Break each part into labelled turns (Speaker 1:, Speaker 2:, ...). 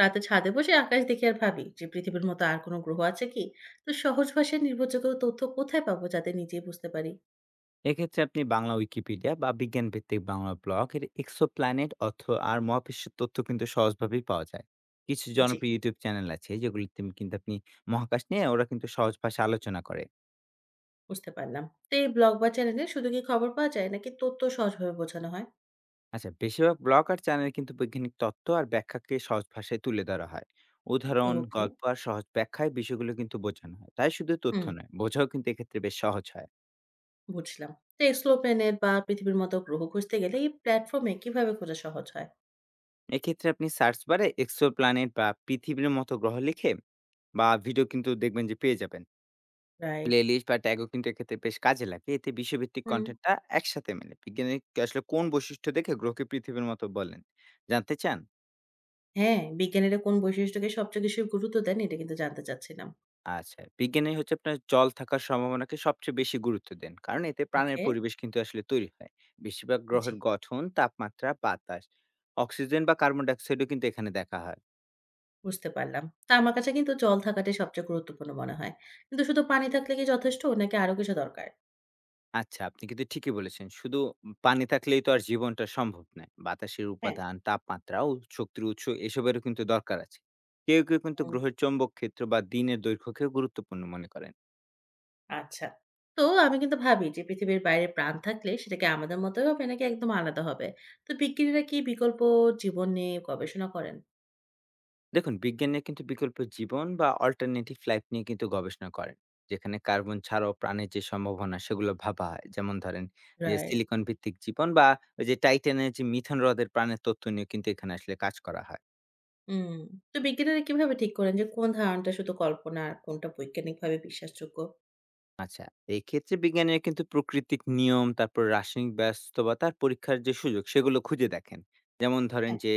Speaker 1: রাতে ছাদে বসে আকাশ দেখে আর ভাবি যে পৃথিবীর মতো আর কোনো গ্রহ আছে কি। তো সহজ ভাষায় নির্ভরযোগ্য তথ্য কোথায় পাবো যাতে নিজেই বুঝতে পারি।
Speaker 2: এক্ষেত্রে আপনি বাংলা উইকিপিডিয়া বা বিজ্ঞান ভিত্তিক বাংলা ব্লগ এর এক্সোপ্ল্যানেট অর্থ আর মহাবিশ্বের তথ্য কিন্তু সহজভাবেই পাওয়া যায়। কিছু
Speaker 1: জি।
Speaker 2: জনপ্রিয় ইউটিউব চ্যানেল আছে যেগুলিতে কিন্তু আপনি মহাকাশ নিয়ে ওরা কিন্তু সহজ ভাষায় আলোচনা করে।
Speaker 1: বুঝতে পারলাম। তো এই ব্লগ বা চ্যানেলে শুধু কি খবর পাওয়া যায় নাকি তথ্য সহজভাবে বোঝানো হয়?
Speaker 2: আচ্ছা, বেশিরভাগ ব্লগ আর চ্যানেল কিন্তু বৈজ্ঞানিক তত্ত্ব আর ব্যাখ্যাকে সহজ ভাষায় তুলে ধরা হয়। উদাহরণ
Speaker 1: ওকে।
Speaker 2: গল্প আর সহজ ব্যাখ্যায় বিষয়গুলো কিন্তু বোঝানো হয়, তাই শুধু তথ্য
Speaker 1: হুম।
Speaker 2: নয়, বোঝাও কিন্তু এক্ষেত্রে বেশ সহজ হয়।
Speaker 1: বুঝলাম। তো এক্সপ্লো প্ল্যানেট বা পৃথিবীর মতো গ্রহ খুঁজতে গেলে এই প্ল্যাটফর্মে কিভাবে খোঁজা সহজ হয়?
Speaker 2: এক্ষেত্রে আপনি সার্চ বারে এক্সো প্ল্যানেট বা পৃথিবীর মতো গ্রহ লিখে বা ভিডিও কিন্তু দেখবেন যে পেয়ে যাবেন।
Speaker 1: রাইট।
Speaker 2: প্লেলিস্ট বা ট্যাগও কিন্তু এক্ষেত্রে বেশ কাজে লাগে। এতে বিশ্বভিত্তিক
Speaker 1: হুম।
Speaker 2: কনটেন্টটা একসাথে মেলে। বিজ্ঞানী আসলে কোন বৈশিষ্ট্য দেখে গ্রহকে পৃথিবীর মতো বলেন? জানতে চান?
Speaker 1: হ্যাঁ, বিজ্ঞানীরা কোন বৈশিষ্ট্যকে সবচেয়ে বেশি গুরুত্ব দেন এটা কিন্তু জানতে চাচ্ছিলাম।
Speaker 2: আচ্ছা, বিজ্ঞানী হচ্ছে আপনার জল থাকার সম্ভাবনাকে সবচেয়ে বেশি গুরুত্ব দেন। কারণ এতে প্রাণের
Speaker 1: ওকে।
Speaker 2: পরিবেশ কিন্তু আসলে তৈরি হয়। বেশিরভাগ
Speaker 1: জি।
Speaker 2: গ্রহের গঠন, তাপমাত্রা, বাতাস, অক্সিজেন বা কার্বন ডাই অক্সাইডও কিন্তু এখানে দেখা হয়।
Speaker 1: বুঝতে পারলাম। তা আমার কাছে কিন্তু জল থাকাটাই সবচেয়ে গুরুত্বপূর্ণ মনে হয়। কিন্তু শুধু পানি থাকলে কি যথেষ্ট নাকি আরো কিছু দরকার?
Speaker 2: আচ্ছা, আপনি কিন্তু ঠিকই বলেছেন। শুধু পানি থাকলেই তো আর জীবনটা সম্ভব নয়। বাতাসের
Speaker 1: হ্যাঁ?
Speaker 2: উপাদান, তাপমাত্রা ও শক্তির উৎস এসবেরও কিন্তু দরকার আছে। কেউ কিন্তু
Speaker 1: হুম।
Speaker 2: গ্রহের চৌম্বক ক্ষেত্র বা দিনের দৈর্ঘ্যকেও গুরুত্বপূর্ণ মনে করেন।
Speaker 1: আচ্ছা। তো আমি কিন্তু ভাবি যে পৃথিবীর বাইরে প্রাণ থাকলে সেটা কি আমাদের মতোই হবে নাকি একদম আলাদা হবে? তো বিজ্ঞানীরা কি বিকল্প জীবন নিয়ে গবেষণা করেন?
Speaker 2: দেখুন বিজ্ঞানীরা কিন্তু বিকল্প জীবন বা অল্টারনেটিভ লাইফ নিয়ে কিন্তু গবেষণা করেন। যেখানে কার্বন ছাড়াও প্রাণের যে সম্ভাবনা সেগুলো ভাবা হয়। যেমন ধরেন যে
Speaker 1: রাইট।
Speaker 2: সিলিকন ভিত্তিক জীবন বা ওই যে টাইটানের যে মিথেন হ্রদের প্রাণের তথ্য নিয়ে কিন্তু এখানে আসলে কাজ করা হয়।
Speaker 1: হুম। তো বিজ্ঞানীরা কিভাবে ঠিক করেন যে কোন ধারণাটা শুধু কল্পনা আর কোনটা বৈজ্ঞানিকভাবে বিশ্বাসযোগ্য?
Speaker 2: আচ্ছা, এক্ষেত্রে বিজ্ঞানীরা কিন্তু প্রাকৃতিক নিয়ম, তারপর রাসায়নিক ব্যস্ততা আর পরীক্ষার যে সুযোগ, সেগুলো খুঁজে দেখেন। যেমন ধরেন
Speaker 1: হ্যাঁ,
Speaker 2: যে,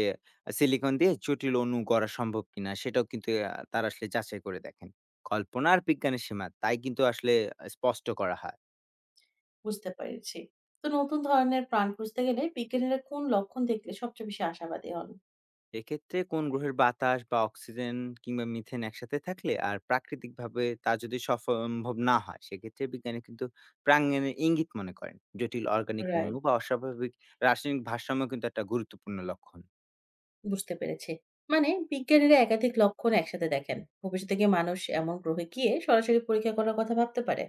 Speaker 2: সিলিকন দিয়ে জটিল অণু গড়া সম্ভব কিনা, সেটাও কিন্তু তারা আসলে যাচাই করে দেখেন। কল্পনা আর বিজ্ঞানের সীমা, তাই কিন্তু আসলে স্পষ্ট করা হয়।
Speaker 1: বুঝতে পেরেছি। তো নতুন ধরনের প্রাণ খুঁজতে গেলে বিজ্ঞানীরা কোন লক্ষণ দেখলে সবচেয়ে বেশি আশাবাদী হন?
Speaker 2: এক্ষেত্রে কোন গ্রহের বাতাস বা অক্সিজেন কিংবা মিথেন একসাথে থাকলে আর প্রাকৃতিকভাবে তা যদি সম্ভব না হয় সেক্ষেত্রে বিজ্ঞানী কিন্তু প্রাঙ্গণের ইঙ্গিত মনে করেন। জটিল অর্গানিক
Speaker 1: রাইট।
Speaker 2: অণু বা অস্বাভাবিক রাসায়নিক ভারসাম্য কিন্তু একটা গুরুত্বপূর্ণ লক্ষণ।
Speaker 1: বুঝতে পেরেছি। মানে বিজ্ঞানীরা একাধিক লক্ষণ একসাথে দেখেন। ভবিষ্যতে কি মানুষ এমন গ্রহে গিয়ে সরাসরি পরীক্ষা করার কথা ভাবতে পারে?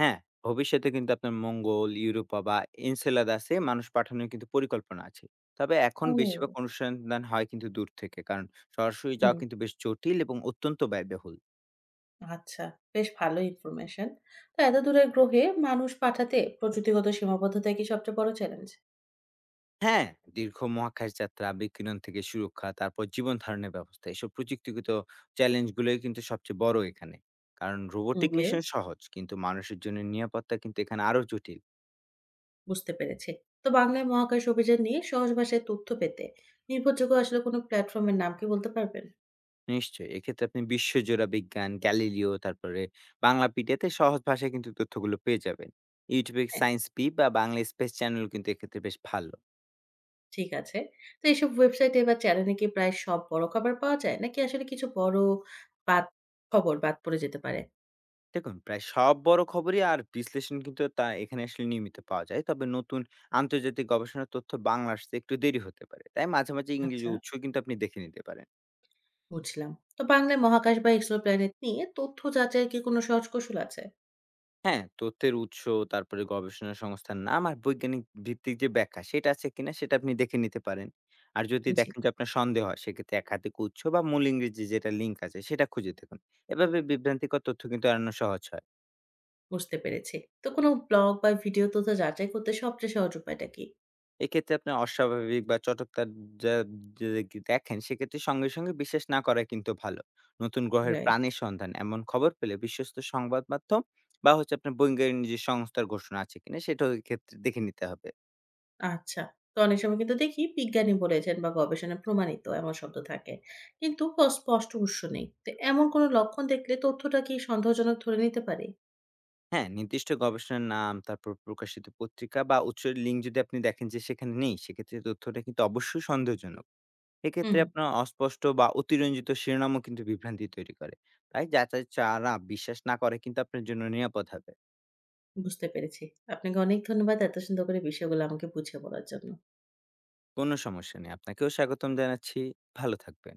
Speaker 2: হ্যাঁ, ভবিষ্যতে কিন্তু আপনার মঙ্গল, ইউরোপা বা এনসেলাদাসে মানুষ পাঠানোর কিন্তু পরিকল্পনা আছে। তবে এখন বেশিরভাগ
Speaker 1: ও!
Speaker 2: অনুসন্ধান হয় কিন্তু দূর থেকে, কারণ সরাসরি যাওয়া
Speaker 1: হুম,
Speaker 2: কিন্তু বেশ জটিল এবং অত্যন্ত ব্যয়বহুল।
Speaker 1: আচ্ছা। বেশ ভালো ইনফরমেশন। তো এত দূরের গ্রহে মানুষ পাঠাতে প্রযুক্তিগত সীমাবদ্ধতাই কি সবচেয়ে বড় চ্যালেঞ্জ?
Speaker 2: হ্যাঁ, দীর্ঘ মহাকাশ যাত্রা, বিকিরণ থেকে সুরক্ষা, তারপর জীবন ধারণের ব্যবস্থা। এসব প্রযুক্তিগত চ্যালেঞ্জগুলোই কিন্তু সবচেয়ে বড় এখানে। কারণ রোবোটিক
Speaker 1: ওকে,
Speaker 2: মিশন সহজ, কিন্তু মানুষের জন্য নিরাপত্তা কিন্তু এখানে আরো জটিল।
Speaker 1: বুঝতে পেরেছি। তো বাংলায় মহাকাশ অভিযান নিয়ে সহজ ভাষায় তথ্য পেতে নির্ভরযোগ্য আসলে কোনো প্ল্যাটফর্মের নাম কি বলতে পারবেন?
Speaker 2: নিশ্চয়ই, এক্ষেত্রে আপনি বিশ্বজোড়া বিজ্ঞান, গ্যালিলিও, তারপরে বাংলা পিডিয়াতে সহজ ভাষায় কিন্তু তথ্যগুলো পেয়ে যাবেন। ইউটিউবে
Speaker 1: হ্যাঁ।
Speaker 2: সায়েন্স পি বা বাংলা স্পেস চ্যানেল কিন্তু এক্ষেত্রে বেশ ভালো।
Speaker 1: ঠিক আছে। তো এইসব ওয়েবসাইটে বা চ্যানেলে কি প্রায় সব বড় খবর পাওয়া যায়? নাকি আসলে কিছু বড় বাদ খবর বাদ পড়ে যেতে পারে?
Speaker 2: দেখুন প্রায় সব বড় খবরই আর বিশ্লেষণ কিন্তু তা এখানে আসলে নিয়মিত পাওয়া যায়। তবে নতুন আন্তর্জাতিক গবেষণার তথ্য বাংলা আসতে একটু দেরি হতে পারে, তাই মাঝে মাঝে ইংরেজি
Speaker 1: আচ্ছা।
Speaker 2: উৎস কিন্তু আপনি দেখে নিতে পারেন।
Speaker 1: বুঝলাম। তো বাংলায় মহাকাশ বা এক্সোপ্ল্যানেট নিয়ে তথ্য যাচাইয়ের কি কোনো সহজ কৌশল আছে?
Speaker 2: হ্যাঁ, তথ্যের উৎস, তারপরে গবেষণা সংস্থার নাম আর বৈজ্ঞানিক ভিত্তিক যে ব্যাখ্যা সেটা আছে কিনা, সেটা আপনি দেখে নিতে পারেন। আর যদি
Speaker 1: জি।
Speaker 2: দেখেন যে আপনার সন্দেহ হয়, সেক্ষেত্রে একাধিক উৎস বা মূল ইংরেজি যেটা লিঙ্ক আছে সেটা খুঁজে দেখুন। এভাবে বিভ্রান্তিকর তথ্য কিন্তু এড়ানো সহজ হয়।
Speaker 1: বুঝতে পেরেছি। তো কোনো ব্লগ বা ভিডিও তথ্য যাচাই করতে সবচেয়ে সহজ উপায়টা কি?
Speaker 2: এক্ষেত্রে আপনার অস্বাভাবিক বা চটকদার যা যদি কি দেখেন, সেক্ষেত্রে সঙ্গে সঙ্গে বিশ্বাস না করাই কিন্তু ভালো। নতুন গ্রহের
Speaker 1: রাইট।
Speaker 2: প্রাণের সন্ধান এমন খবর পেলে বিশ্বস্ত সংবাদ মাধ্যম বা হচ্ছে আপনার বৈজ্ঞানিক যে সংস্থার ঘোষণা আছে কিনা, সেটাও এই ক্ষেত্রে দেখে নিতে হবে।
Speaker 1: আচ্ছা। তো অনেক সময় কিন্তু দেখি বিজ্ঞানী বলেছেন বা গবেষণায় প্রমাণিত এমন শব্দ থাকে। কিন্তু অস্পষ্ট উৎস নেই। তো এমন কোনো লক্ষণ দেখলে তথ্যটা কি সন্দেহজনক ধরে নিতে পারি?
Speaker 2: হ্যাঁ, নির্দিষ্ট গবেষণার নাম, তারপর প্রকাশিত পত্রিকা বা উৎসের লিঙ্ক যদি আপনি দেখেন যে সেখানে নেই, সেক্ষেত্রে তথ্যটা কিন্তু অবশ্যই সন্দেহজনক। এক্ষেত্রে
Speaker 1: হুম।
Speaker 2: আপনার অস্পষ্ট বা অতিরঞ্জিত শিরোনামও কিন্তু বিভ্রান্তি তৈরি করে। তাই যাচাই ছাড়া বিশ্বাস না করাই কিন্তু আপনার জন্য নিরাপদ হবে।
Speaker 1: বুঝতে পেরেছি। আপনাকে অনেক ধন্যবাদ এত সুন্দর করে বিষয়গুলো আমাকে বুঝিয়ে বলার জন্য।
Speaker 2: কোনো সমস্যা নেই। আপনাকেও স্বাগতম জানাচ্ছি। ভালো থাকবেন।